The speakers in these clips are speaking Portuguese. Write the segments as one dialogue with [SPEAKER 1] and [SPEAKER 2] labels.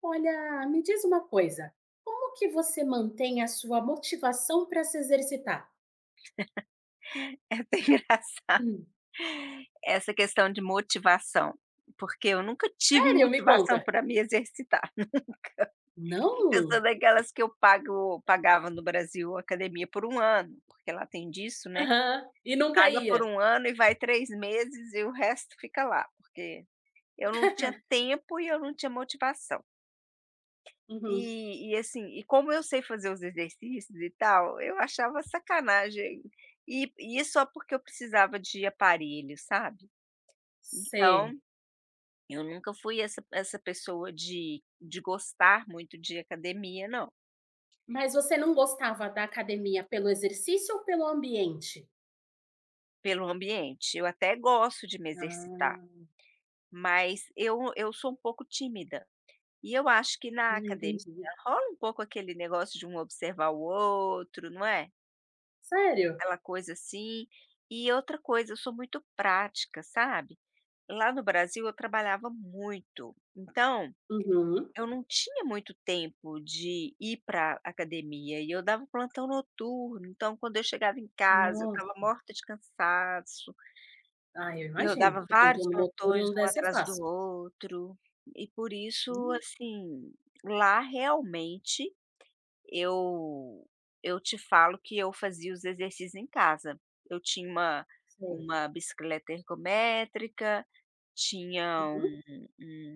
[SPEAKER 1] Olha, me diz uma coisa, como que você mantém a sua motivação para se exercitar?
[SPEAKER 2] É até engraçado
[SPEAKER 1] Hum.
[SPEAKER 2] essa questão de motivação, porque eu nunca tive
[SPEAKER 1] Sério? Me
[SPEAKER 2] motivação
[SPEAKER 1] conta.
[SPEAKER 2] para me exercitar. Eu
[SPEAKER 1] Não?
[SPEAKER 2] sou daquelas que eu pago pagava no Brasil academia por um ano, porque lá tem disso, né,
[SPEAKER 1] Aham. E nunca
[SPEAKER 2] paga por
[SPEAKER 1] ia?
[SPEAKER 2] um ano e vai 3 meses e o resto fica lá, porque eu não tinha tempo e eu não tinha motivação.
[SPEAKER 1] Uhum.
[SPEAKER 2] E assim, e como eu sei fazer os exercícios e tal, eu achava sacanagem, e isso só porque eu precisava de aparelho, sabe. Então,
[SPEAKER 1] Sei.
[SPEAKER 2] eu nunca fui essa pessoa de gostar muito de academia, não,
[SPEAKER 1] Mas você não gostava da academia pelo exercício ou pelo ambiente?
[SPEAKER 2] pelo ambiente. Eu até gosto de me exercitar,
[SPEAKER 1] Ah,
[SPEAKER 2] mas eu sou um pouco tímida. E eu acho que
[SPEAKER 1] ah,
[SPEAKER 2] na academia
[SPEAKER 1] entendi.
[SPEAKER 2] rola um pouco aquele negócio de um observar o outro, não é?
[SPEAKER 1] Sério?
[SPEAKER 2] Aquela coisa assim. E outra coisa, eu sou muito prática, sabe? Lá no Brasil eu trabalhava muito, então
[SPEAKER 1] Uhum.
[SPEAKER 2] eu não tinha muito tempo de ir para academia e eu dava um plantão noturno, então quando eu chegava em casa eu estava
[SPEAKER 1] Nossa.
[SPEAKER 2] morta de cansaço,
[SPEAKER 1] Ah, eu
[SPEAKER 2] e eu
[SPEAKER 1] imagino.
[SPEAKER 2] dava
[SPEAKER 1] Portanto,
[SPEAKER 2] vários
[SPEAKER 1] no motor
[SPEAKER 2] plantões
[SPEAKER 1] não
[SPEAKER 2] um
[SPEAKER 1] deve ser
[SPEAKER 2] atrás do
[SPEAKER 1] fácil.
[SPEAKER 2] outro, e por isso,
[SPEAKER 1] Hum,
[SPEAKER 2] assim, lá realmente eu eu te falo que eu fazia os exercícios em casa. Eu tinha uma
[SPEAKER 1] sei.
[SPEAKER 2] uma bicicleta ergométrica, tinha
[SPEAKER 1] Uhum.
[SPEAKER 2] um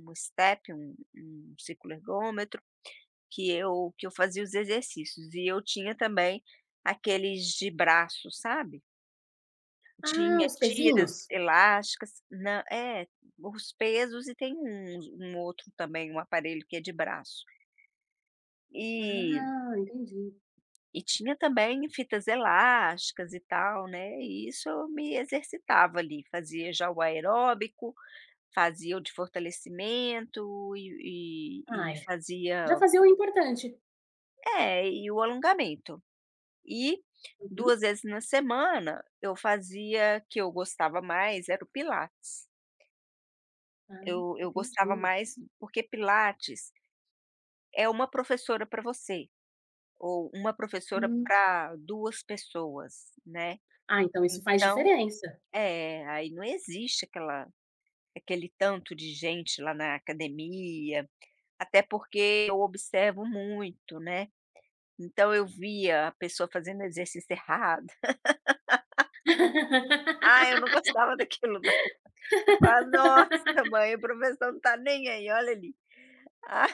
[SPEAKER 2] um step, um ciclo ergômetro que eu fazia os exercícios e eu tinha também aqueles de braço, sabe.
[SPEAKER 1] Ah,
[SPEAKER 2] Tinha, uhum,
[SPEAKER 1] os
[SPEAKER 2] tiras
[SPEAKER 1] pezinhos?
[SPEAKER 2] elásticas na, é, os pesos e tem um outro também, um aparelho que é de braço. E
[SPEAKER 1] Ah, entendi.
[SPEAKER 2] e tinha também fitas elásticas e tal, né, e isso eu me exercitava ali, fazia já o aeróbico, fazia o de fortalecimento e
[SPEAKER 1] Ah,
[SPEAKER 2] e e
[SPEAKER 1] é.
[SPEAKER 2] fazia,
[SPEAKER 1] Já fazia o importante.
[SPEAKER 2] é, e o alongamento. E
[SPEAKER 1] Uhum.
[SPEAKER 2] 2 vezes na semana eu fazia que eu gostava mais era o pilates.
[SPEAKER 1] Ah,
[SPEAKER 2] Eu gostava
[SPEAKER 1] entendi.
[SPEAKER 2] mais porque pilates é uma professora para você, ou uma professora
[SPEAKER 1] Hum.
[SPEAKER 2] para 2 pessoas, né.
[SPEAKER 1] Ah, então isso faz
[SPEAKER 2] Então,
[SPEAKER 1] diferença.
[SPEAKER 2] é, aí não existe aquela aquele tanto de gente lá na academia, até porque eu observo muito, né. Então eu via a pessoa fazendo exercício errado. Ah, eu não gostava daquilo. Fala: "Nossa, mãe, o professor não tá nem aí, olha ali". Ah,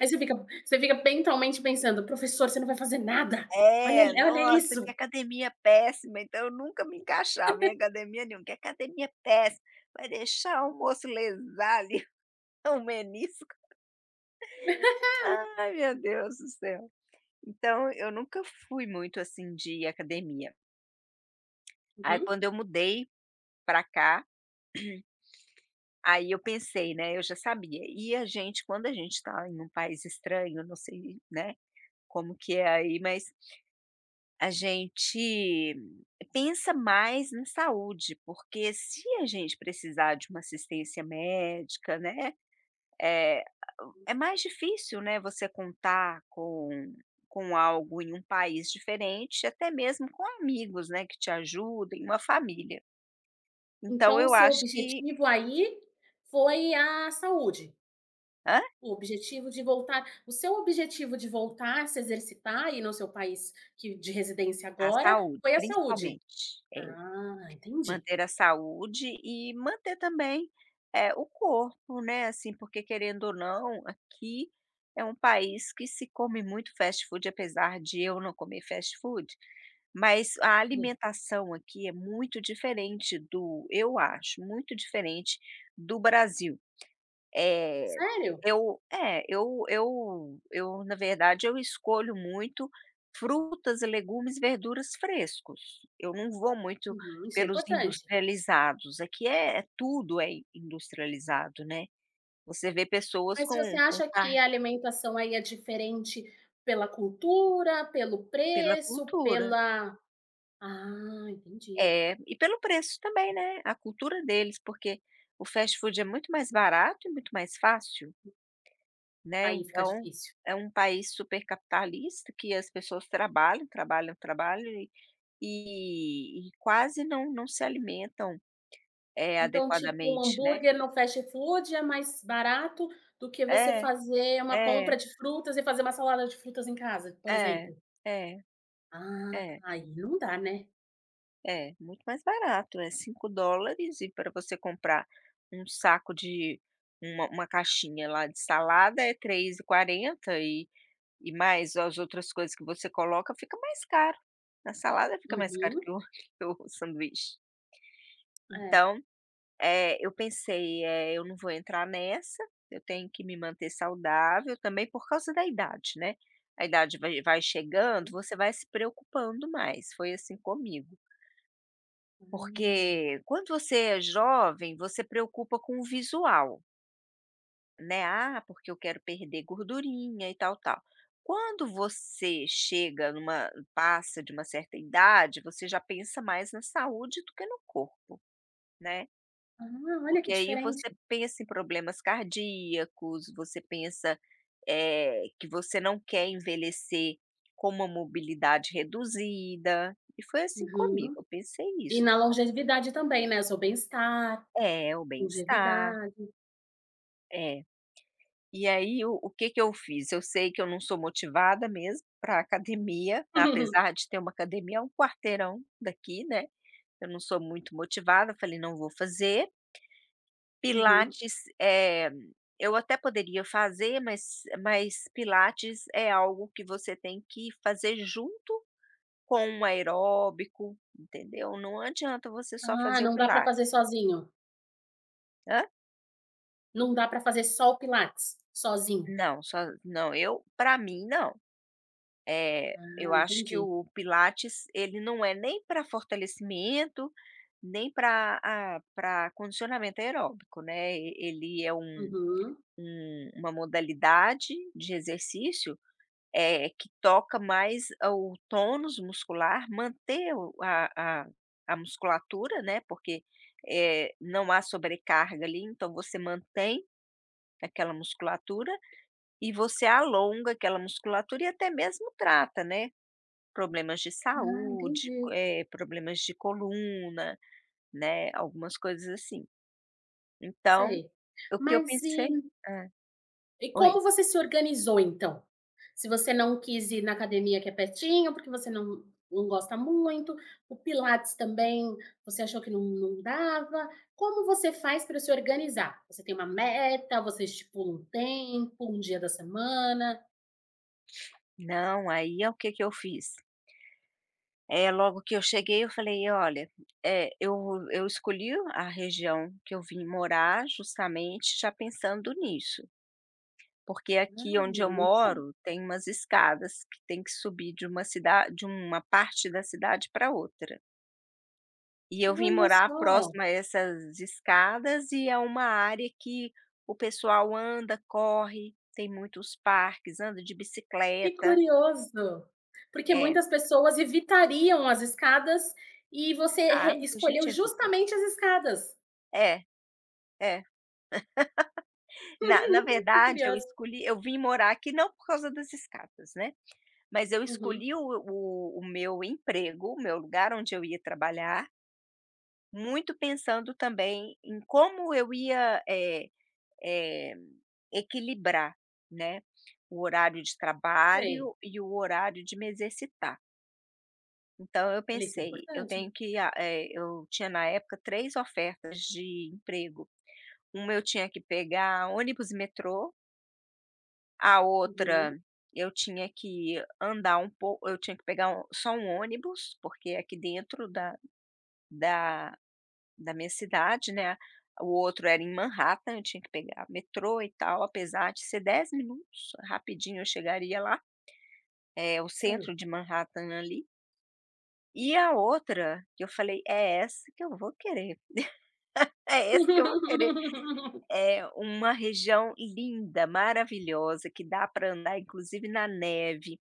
[SPEAKER 1] Aí você fica mentalmente pensando: "Professor, você não vai fazer nada. Olha
[SPEAKER 2] é,
[SPEAKER 1] olha
[SPEAKER 2] nossa, que
[SPEAKER 1] isso".
[SPEAKER 2] academia péssima, então eu nunca me encaixava em academia nenhuma, que academia péssima, vai deixar o moço lesar ali o menisco. Ai, meu Deus do céu. Então eu nunca fui muito, assim, de academia. Aí
[SPEAKER 1] Uhum.
[SPEAKER 2] quando eu mudei pra cá, aí eu pensei, né, eu já sabia, e a gente quando a gente tá em um país estranho, eu não sei, né, como que é aí, mas a gente pensa mais na saúde, porque se a gente precisar de uma assistência médica, né, é é mais difícil, né, você contar com algo em um país diferente, até mesmo com amigos, né, que te ajudem, uma família. Então
[SPEAKER 1] Então o
[SPEAKER 2] eu
[SPEAKER 1] seu
[SPEAKER 2] acho que
[SPEAKER 1] objetivo aí foi a saúde?
[SPEAKER 2] hã?
[SPEAKER 1] O objetivo de voltar o seu objetivo de voltar a se exercitar e no seu país que de residência
[SPEAKER 2] A
[SPEAKER 1] agora
[SPEAKER 2] saúde,
[SPEAKER 1] foi a saúde?
[SPEAKER 2] principalmente. É.
[SPEAKER 1] Ah, entendi.
[SPEAKER 2] Manter a saúde e manter também, o corpo, né, assim, porque querendo ou não, aqui é um país que se come muito fast food, apesar de eu não comer fast food, mas a
[SPEAKER 1] É.
[SPEAKER 2] alimentação aqui é muito diferente do eu acho, muito diferente do Brasil. É,
[SPEAKER 1] Sério?
[SPEAKER 2] eu, na verdade, eu escolho muito frutas, legumes, verduras frescos. Eu não vou muito
[SPEAKER 1] Uhum, isso é
[SPEAKER 2] pelos
[SPEAKER 1] importante.
[SPEAKER 2] industrializados. Aqui é tudo é industrializado, né. Você vê pessoas
[SPEAKER 1] Mas
[SPEAKER 2] com
[SPEAKER 1] você
[SPEAKER 2] com
[SPEAKER 1] acha que
[SPEAKER 2] carne,
[SPEAKER 1] a alimentação aí é diferente pela cultura, pelo
[SPEAKER 2] pela
[SPEAKER 1] preço,
[SPEAKER 2] cultura.
[SPEAKER 1] pela ah, entendi.
[SPEAKER 2] É, e pelo preço também, né, a cultura deles, porque o fast food é muito mais barato e muito mais fácil. Né,
[SPEAKER 1] Aí fica
[SPEAKER 2] então,
[SPEAKER 1] difícil.
[SPEAKER 2] é um país super capitalista que as pessoas trabalham, trabalham, trabalham e quase não se alimentam, é,
[SPEAKER 1] Então, tipo, um
[SPEAKER 2] adequadamente, né.
[SPEAKER 1] hambúrguer no fast food é mais barato do que você
[SPEAKER 2] É,
[SPEAKER 1] fazer uma
[SPEAKER 2] é,
[SPEAKER 1] compra de frutas e fazer uma salada de frutas em casa, por
[SPEAKER 2] é,
[SPEAKER 1] exemplo?
[SPEAKER 2] é,
[SPEAKER 1] Ah,
[SPEAKER 2] é,
[SPEAKER 1] aí não dá, né?
[SPEAKER 2] é, muito mais barato, é $5 e para você comprar um saco de uma caixinha lá de salada é três e quarenta e mais as outras coisas que você coloca, fica mais caro. A salada fica mais caro
[SPEAKER 1] Uhum,
[SPEAKER 2] que o que o sanduíche.
[SPEAKER 1] é.
[SPEAKER 2] Então, eu pensei, eu não vou entrar nessa, eu tenho que me manter saudável também por causa da idade, né. A idade vai chegando, você vai se preocupando mais, foi assim comigo.
[SPEAKER 1] Hum.
[SPEAKER 2] Porque quando você é jovem, você preocupa com o visual, né, "Ah, porque eu quero perder gordurinha e tal, tal". Quando você chega numa passa de uma certa idade, você já pensa mais na saúde do que no corpo, né.
[SPEAKER 1] Ah, olha
[SPEAKER 2] Porque
[SPEAKER 1] que
[SPEAKER 2] aí
[SPEAKER 1] diferente.
[SPEAKER 2] você pensa em problemas cardíacos, você pensa, que você não quer envelhecer com uma mobilidade reduzida, e foi assim comigo,
[SPEAKER 1] Uhum.
[SPEAKER 2] eu pensei
[SPEAKER 1] E
[SPEAKER 2] isso.
[SPEAKER 1] na longevidade também, né, o seu bem-estar,
[SPEAKER 2] É, o bem-estar,
[SPEAKER 1] longevidade.
[SPEAKER 2] é. E aí o que que eu fiz? Eu sei que eu não sou motivada mesmo para academia, apesar de ter uma academia a um quarteirão daqui, né, eu não sou muito motivada, falei: "Não vou fazer".
[SPEAKER 1] Uhum.
[SPEAKER 2] Pilates, eu até poderia fazer, mas pilates é algo que você tem que fazer junto com um aeróbico, entendeu. Não adianta você só
[SPEAKER 1] Ah,
[SPEAKER 2] fazer o
[SPEAKER 1] não dá pra fazer
[SPEAKER 2] pilates.
[SPEAKER 1] sozinho?
[SPEAKER 2] Hã?
[SPEAKER 1] Não dá pra fazer só o pilates, sozinho?
[SPEAKER 2] Não, só não, eu para mim não. Eu
[SPEAKER 1] Ah,
[SPEAKER 2] acho que
[SPEAKER 1] entendi.
[SPEAKER 2] o pilates ele não é nem para fortalecimento, nem para condicionamento aeróbico, né. E ele é um
[SPEAKER 1] Uhum.
[SPEAKER 2] uma modalidade de exercício, que toca mais o tônus muscular, manter o a a musculatura, né, porque, não há sobrecarga ali, então você mantém aquela musculatura e você alonga aquela musculatura e até mesmo trata, né, problemas de
[SPEAKER 1] Ah,
[SPEAKER 2] saúde,
[SPEAKER 1] entendi,
[SPEAKER 2] problemas de coluna, né, algumas coisas assim. Então,
[SPEAKER 1] sei.
[SPEAKER 2] o que eu
[SPEAKER 1] Mas
[SPEAKER 2] pensei,
[SPEAKER 1] e
[SPEAKER 2] hã,
[SPEAKER 1] e
[SPEAKER 2] oi.
[SPEAKER 1] como você se organizou, então? Se você não quis ir na academia que é pertinho, porque você não gosta muito, o pilates também você achou que não dava. Como você faz para se organizar? Você tem uma meta, você estipula um tempo, um dia da semana?
[SPEAKER 2] Não, aí é o que que eu fiz? É, logo que eu cheguei eu falei: "Olha, eh, eu eu escolhi a região que eu vim morar justamente já pensando nisso, porque aqui onde
[SPEAKER 1] Ah,
[SPEAKER 2] eu
[SPEAKER 1] muito bom.
[SPEAKER 2] moro tem umas escadas que tem que subir de uma cidade, de uma parte da cidade para outra. E eu vim
[SPEAKER 1] Olha
[SPEAKER 2] morar
[SPEAKER 1] só.
[SPEAKER 2] próxima a essas escadas e é uma área que o pessoal anda, corre, tem muitos parques, anda de
[SPEAKER 1] Que
[SPEAKER 2] bicicleta".
[SPEAKER 1] curioso, porque
[SPEAKER 2] É,
[SPEAKER 1] muitas pessoas evitariam as escadas e você
[SPEAKER 2] ah,
[SPEAKER 1] re
[SPEAKER 2] muita
[SPEAKER 1] escolheu
[SPEAKER 2] gente é vida.
[SPEAKER 1] justamente as escadas.
[SPEAKER 2] É, é. Na
[SPEAKER 1] Que
[SPEAKER 2] verdade, eu
[SPEAKER 1] curioso.
[SPEAKER 2] escolhi, eu vim morar aqui não por causa das escadas, né, mas eu
[SPEAKER 1] Uhum,
[SPEAKER 2] escolhi o meu emprego, o meu lugar onde eu ia trabalhar, muito pensando também em como eu ia, eh, equilibrar, né, o horário de
[SPEAKER 1] sei.
[SPEAKER 2] trabalho e o horário de me exercitar. Então eu
[SPEAKER 1] Olha, isso é
[SPEAKER 2] pensei, eu
[SPEAKER 1] importante.
[SPEAKER 2] tenho que a eh, eu tinha na época 3 ofertas de emprego, uma eu tinha que pegar ônibus e metrô. A
[SPEAKER 1] Uhum,
[SPEAKER 2] outra, eu tinha que andar um pouco, eu tinha que pegar um só um ônibus, porque aqui dentro da da da minha cidade, né, o outro era em Manhattan, eu tinha que pegar metrô e tal, apesar de ser 10 minutos, rapidinho eu chegaria lá, é o
[SPEAKER 1] sei.
[SPEAKER 2] centro de Manhattan ali. E a outra, que eu falei: "É essa que eu vou querer, é esse que eu vou querer". É uma região linda, maravilhosa, que dá para andar inclusive na neve.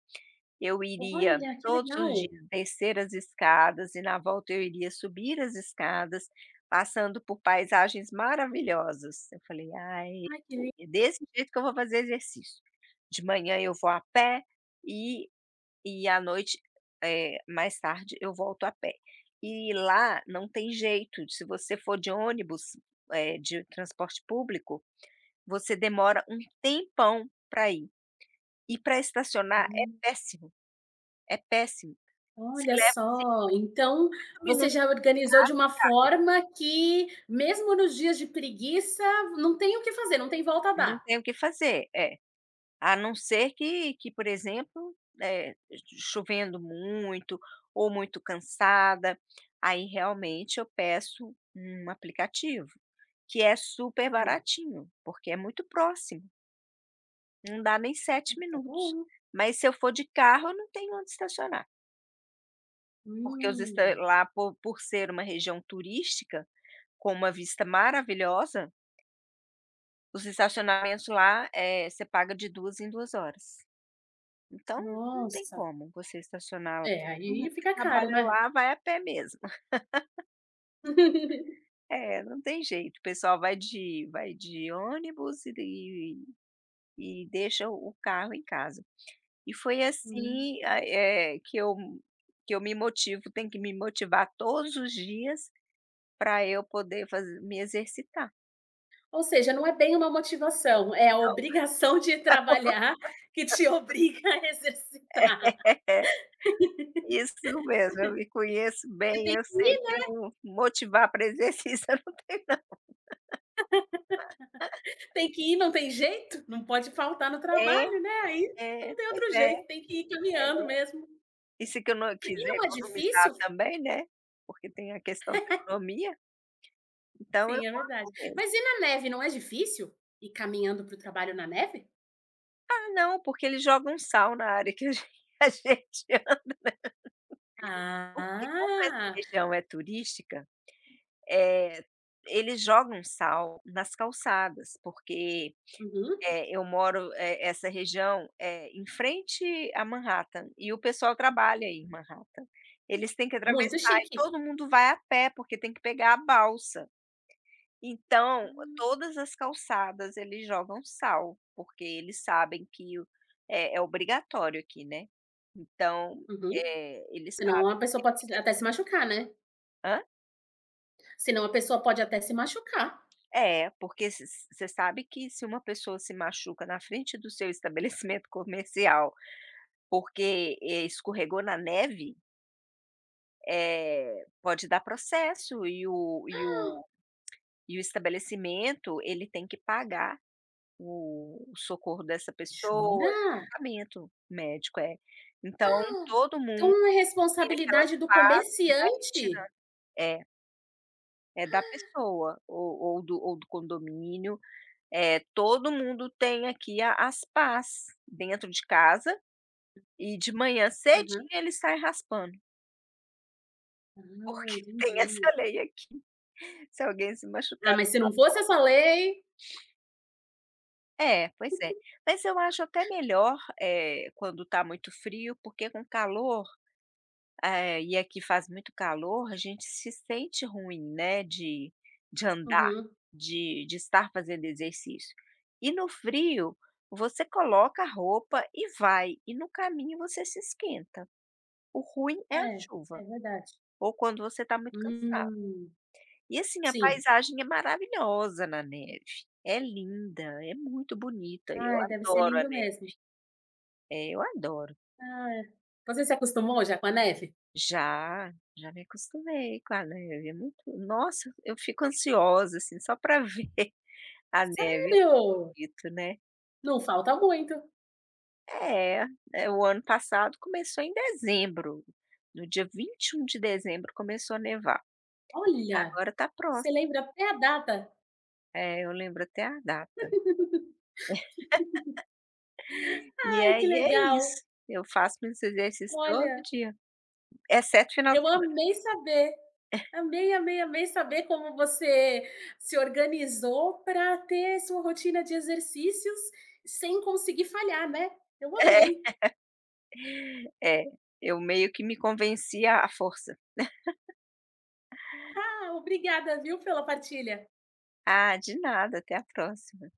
[SPEAKER 2] Eu iria
[SPEAKER 1] Olha, que
[SPEAKER 2] todos os
[SPEAKER 1] legal.
[SPEAKER 2] dias descer as escadas e na volta eu iria subir as escadas, passando por paisagens maravilhosas. Eu falei: "Ai,
[SPEAKER 1] Ai, que lindo.
[SPEAKER 2] é desse jeito que eu vou fazer exercício. De manhã eu vou a pé e e à noite, mais tarde, eu volto a pé. E lá não tem jeito, se você for de ônibus, de transporte público, você demora um tempão para ir. E para estacionar é
[SPEAKER 1] Hum,
[SPEAKER 2] péssimo, é péssimo. Você
[SPEAKER 1] olha
[SPEAKER 2] leva
[SPEAKER 1] só, então
[SPEAKER 2] 50
[SPEAKER 1] você
[SPEAKER 2] minutos
[SPEAKER 1] já
[SPEAKER 2] pra
[SPEAKER 1] organizou de uma
[SPEAKER 2] rua,
[SPEAKER 1] forma que, mesmo nos dias de preguiça, não tem o que fazer, não tem volta a
[SPEAKER 2] não
[SPEAKER 1] dar.
[SPEAKER 2] tem o que fazer. É. A não ser que por exemplo, chovendo muito ou muito cansada, aí realmente eu peço um aplicativo, que é super
[SPEAKER 1] Sim.
[SPEAKER 2] baratinho, porque é muito próximo, não dá nem sete
[SPEAKER 1] Ai, tá
[SPEAKER 2] minutos.
[SPEAKER 1] bom.
[SPEAKER 2] Mas se eu for de carro, eu não tenho onde estacionar, porque os esta
[SPEAKER 1] Hum.
[SPEAKER 2] lá por ser uma região turística, com uma vista maravilhosa, os estacionamentos lá, você paga de 2 em 2 horas. Então, não tem
[SPEAKER 1] Nossa.
[SPEAKER 2] como você estacionar lá.
[SPEAKER 1] É,
[SPEAKER 2] Todo mundo
[SPEAKER 1] aí
[SPEAKER 2] que
[SPEAKER 1] fica caro,
[SPEAKER 2] trabalha
[SPEAKER 1] né.
[SPEAKER 2] lá vai a pé mesmo. É, não tem jeito. O pessoal vai de ônibus e deixa o carro em casa. E foi, hum,
[SPEAKER 1] Hum.
[SPEAKER 2] assim, ah, que eu me motivo, tenho que me motivar todos os dias para eu poder fazer, me exercitar.
[SPEAKER 1] Ou seja, não é bem uma motivação, é a obrigação de trabalhar que te obriga a exercitar.
[SPEAKER 2] Isso mesmo, eu me conheço
[SPEAKER 1] Você
[SPEAKER 2] bem,
[SPEAKER 1] tem
[SPEAKER 2] eu
[SPEAKER 1] que
[SPEAKER 2] sei
[SPEAKER 1] ir,
[SPEAKER 2] que
[SPEAKER 1] né?
[SPEAKER 2] eu motivar para exercício eu não tenho.
[SPEAKER 1] Tem que ir, não tem jeito, não pode faltar no
[SPEAKER 2] É,
[SPEAKER 1] trabalho, né, aí
[SPEAKER 2] é,
[SPEAKER 1] não tem
[SPEAKER 2] pois
[SPEAKER 1] outro
[SPEAKER 2] é.
[SPEAKER 1] jeito, tem que ir caminhando mesmo.
[SPEAKER 2] E se que eu não
[SPEAKER 1] E
[SPEAKER 2] quiser
[SPEAKER 1] não é
[SPEAKER 2] economizar
[SPEAKER 1] difícil?
[SPEAKER 2] também, né, porque tem a questão da economia, então eu
[SPEAKER 1] Sim, é
[SPEAKER 2] vou
[SPEAKER 1] verdade.
[SPEAKER 2] assim mesmo.
[SPEAKER 1] Mas e na neve, não é difícil ir caminhando para o trabalho na neve?
[SPEAKER 2] Ah, não, porque eles jogam sal na área que a gen a gente anda, porque como essa
[SPEAKER 1] Ah.
[SPEAKER 2] região é turística, eh, eles jogam sal nas calçadas, porque,
[SPEAKER 1] Uhum.
[SPEAKER 2] eu moro, essa região é em frente a Manhattan e o pessoal trabalha em Manhattan. Eles têm que
[SPEAKER 1] Muito
[SPEAKER 2] atravessar e
[SPEAKER 1] chique.
[SPEAKER 2] todo mundo vai a pé, porque tem que pegar a balsa. Então,
[SPEAKER 1] Hum.
[SPEAKER 2] todas as calçadas eles jogam sal, porque eles sabem que o é obrigatório aqui, né. Então,
[SPEAKER 1] Uhum.
[SPEAKER 2] eles
[SPEAKER 1] Senão
[SPEAKER 2] sabem
[SPEAKER 1] a pessoa
[SPEAKER 2] que tem
[SPEAKER 1] pode se
[SPEAKER 2] muita
[SPEAKER 1] até
[SPEAKER 2] gen
[SPEAKER 1] se machucar, né.
[SPEAKER 2] hã?
[SPEAKER 1] Senão a pessoa pode até se machucar.
[SPEAKER 2] É, porque você sabe que se uma pessoa se machuca na frente do seu estabelecimento comercial, porque, escorregou na neve, pode dar processo e o e o estabelecimento ele tem que pagar o socorro dessa pessoa, e o
[SPEAKER 1] Jura?
[SPEAKER 2] tratamento médico, é. Então todo mundo
[SPEAKER 1] Então é
[SPEAKER 2] tem aquelas
[SPEAKER 1] responsabilidade do
[SPEAKER 2] pás e vai retirando,
[SPEAKER 1] comerciante?
[SPEAKER 2] é, é da pessoa ou do condomínio, todo mundo tem aqui a as pás dentro de casa e de manhã cedinho
[SPEAKER 1] Aham.
[SPEAKER 2] ele sai raspando, porque
[SPEAKER 1] Ah,
[SPEAKER 2] tem essa
[SPEAKER 1] entendi.
[SPEAKER 2] lei aqui, se alguém se
[SPEAKER 1] Ah,
[SPEAKER 2] machucar,
[SPEAKER 1] mas se não fosse essa lei
[SPEAKER 2] é, pois é. Mas eu acho até melhor, quando tá muito frio, porque com calor, é, e aqui faz muito calor, a gente se sente ruim, né, de andar,
[SPEAKER 1] Uhum.
[SPEAKER 2] de estar fazendo exercício. E no frio, você coloca a roupa e vai, e no caminho você se esquenta. O ruim é a
[SPEAKER 1] É,
[SPEAKER 2] chuva,
[SPEAKER 1] é verdade.
[SPEAKER 2] ou quando você está muito cansado.
[SPEAKER 1] Hum,
[SPEAKER 2] E assim, a
[SPEAKER 1] sim.
[SPEAKER 2] paisagem é maravilhosa na neve, é linda, é muito bonita, eu
[SPEAKER 1] Ai, deve ser
[SPEAKER 2] adoro a
[SPEAKER 1] lindo
[SPEAKER 2] neve,
[SPEAKER 1] mesmo.
[SPEAKER 2] é, eu adoro.
[SPEAKER 1] Ai. Você se acostumou já com a neve?
[SPEAKER 2] Já, já me acostumei com a neve, é muito, nossa, eu fico ansiosa, assim, só para ver a neve,
[SPEAKER 1] Sério?
[SPEAKER 2] acredito, né.
[SPEAKER 1] Não falta muito.
[SPEAKER 2] É, o ano passado começou em dezembro, no dia 21 de dezembro começou a nevar,
[SPEAKER 1] Olha,
[SPEAKER 2] agora tá
[SPEAKER 1] você
[SPEAKER 2] próximo.
[SPEAKER 1] lembra até a data.
[SPEAKER 2] É, eu lembro até a data. E
[SPEAKER 1] Ai, que
[SPEAKER 2] aí é
[SPEAKER 1] legal.
[SPEAKER 2] isso, eu faço meus exercícios todo
[SPEAKER 1] Olha.
[SPEAKER 2] dia, exceto final de
[SPEAKER 1] Eu
[SPEAKER 2] semana.
[SPEAKER 1] amei saber, amei, amei, amei saber como você se organizou para ter sua rotina de exercícios sem conseguir falhar, né. Eu amei.
[SPEAKER 2] É, é, eu meio que me convenci à força.
[SPEAKER 1] Ah, obrigada, viu, pela partilha.
[SPEAKER 2] Ah, de nada, até a próxima.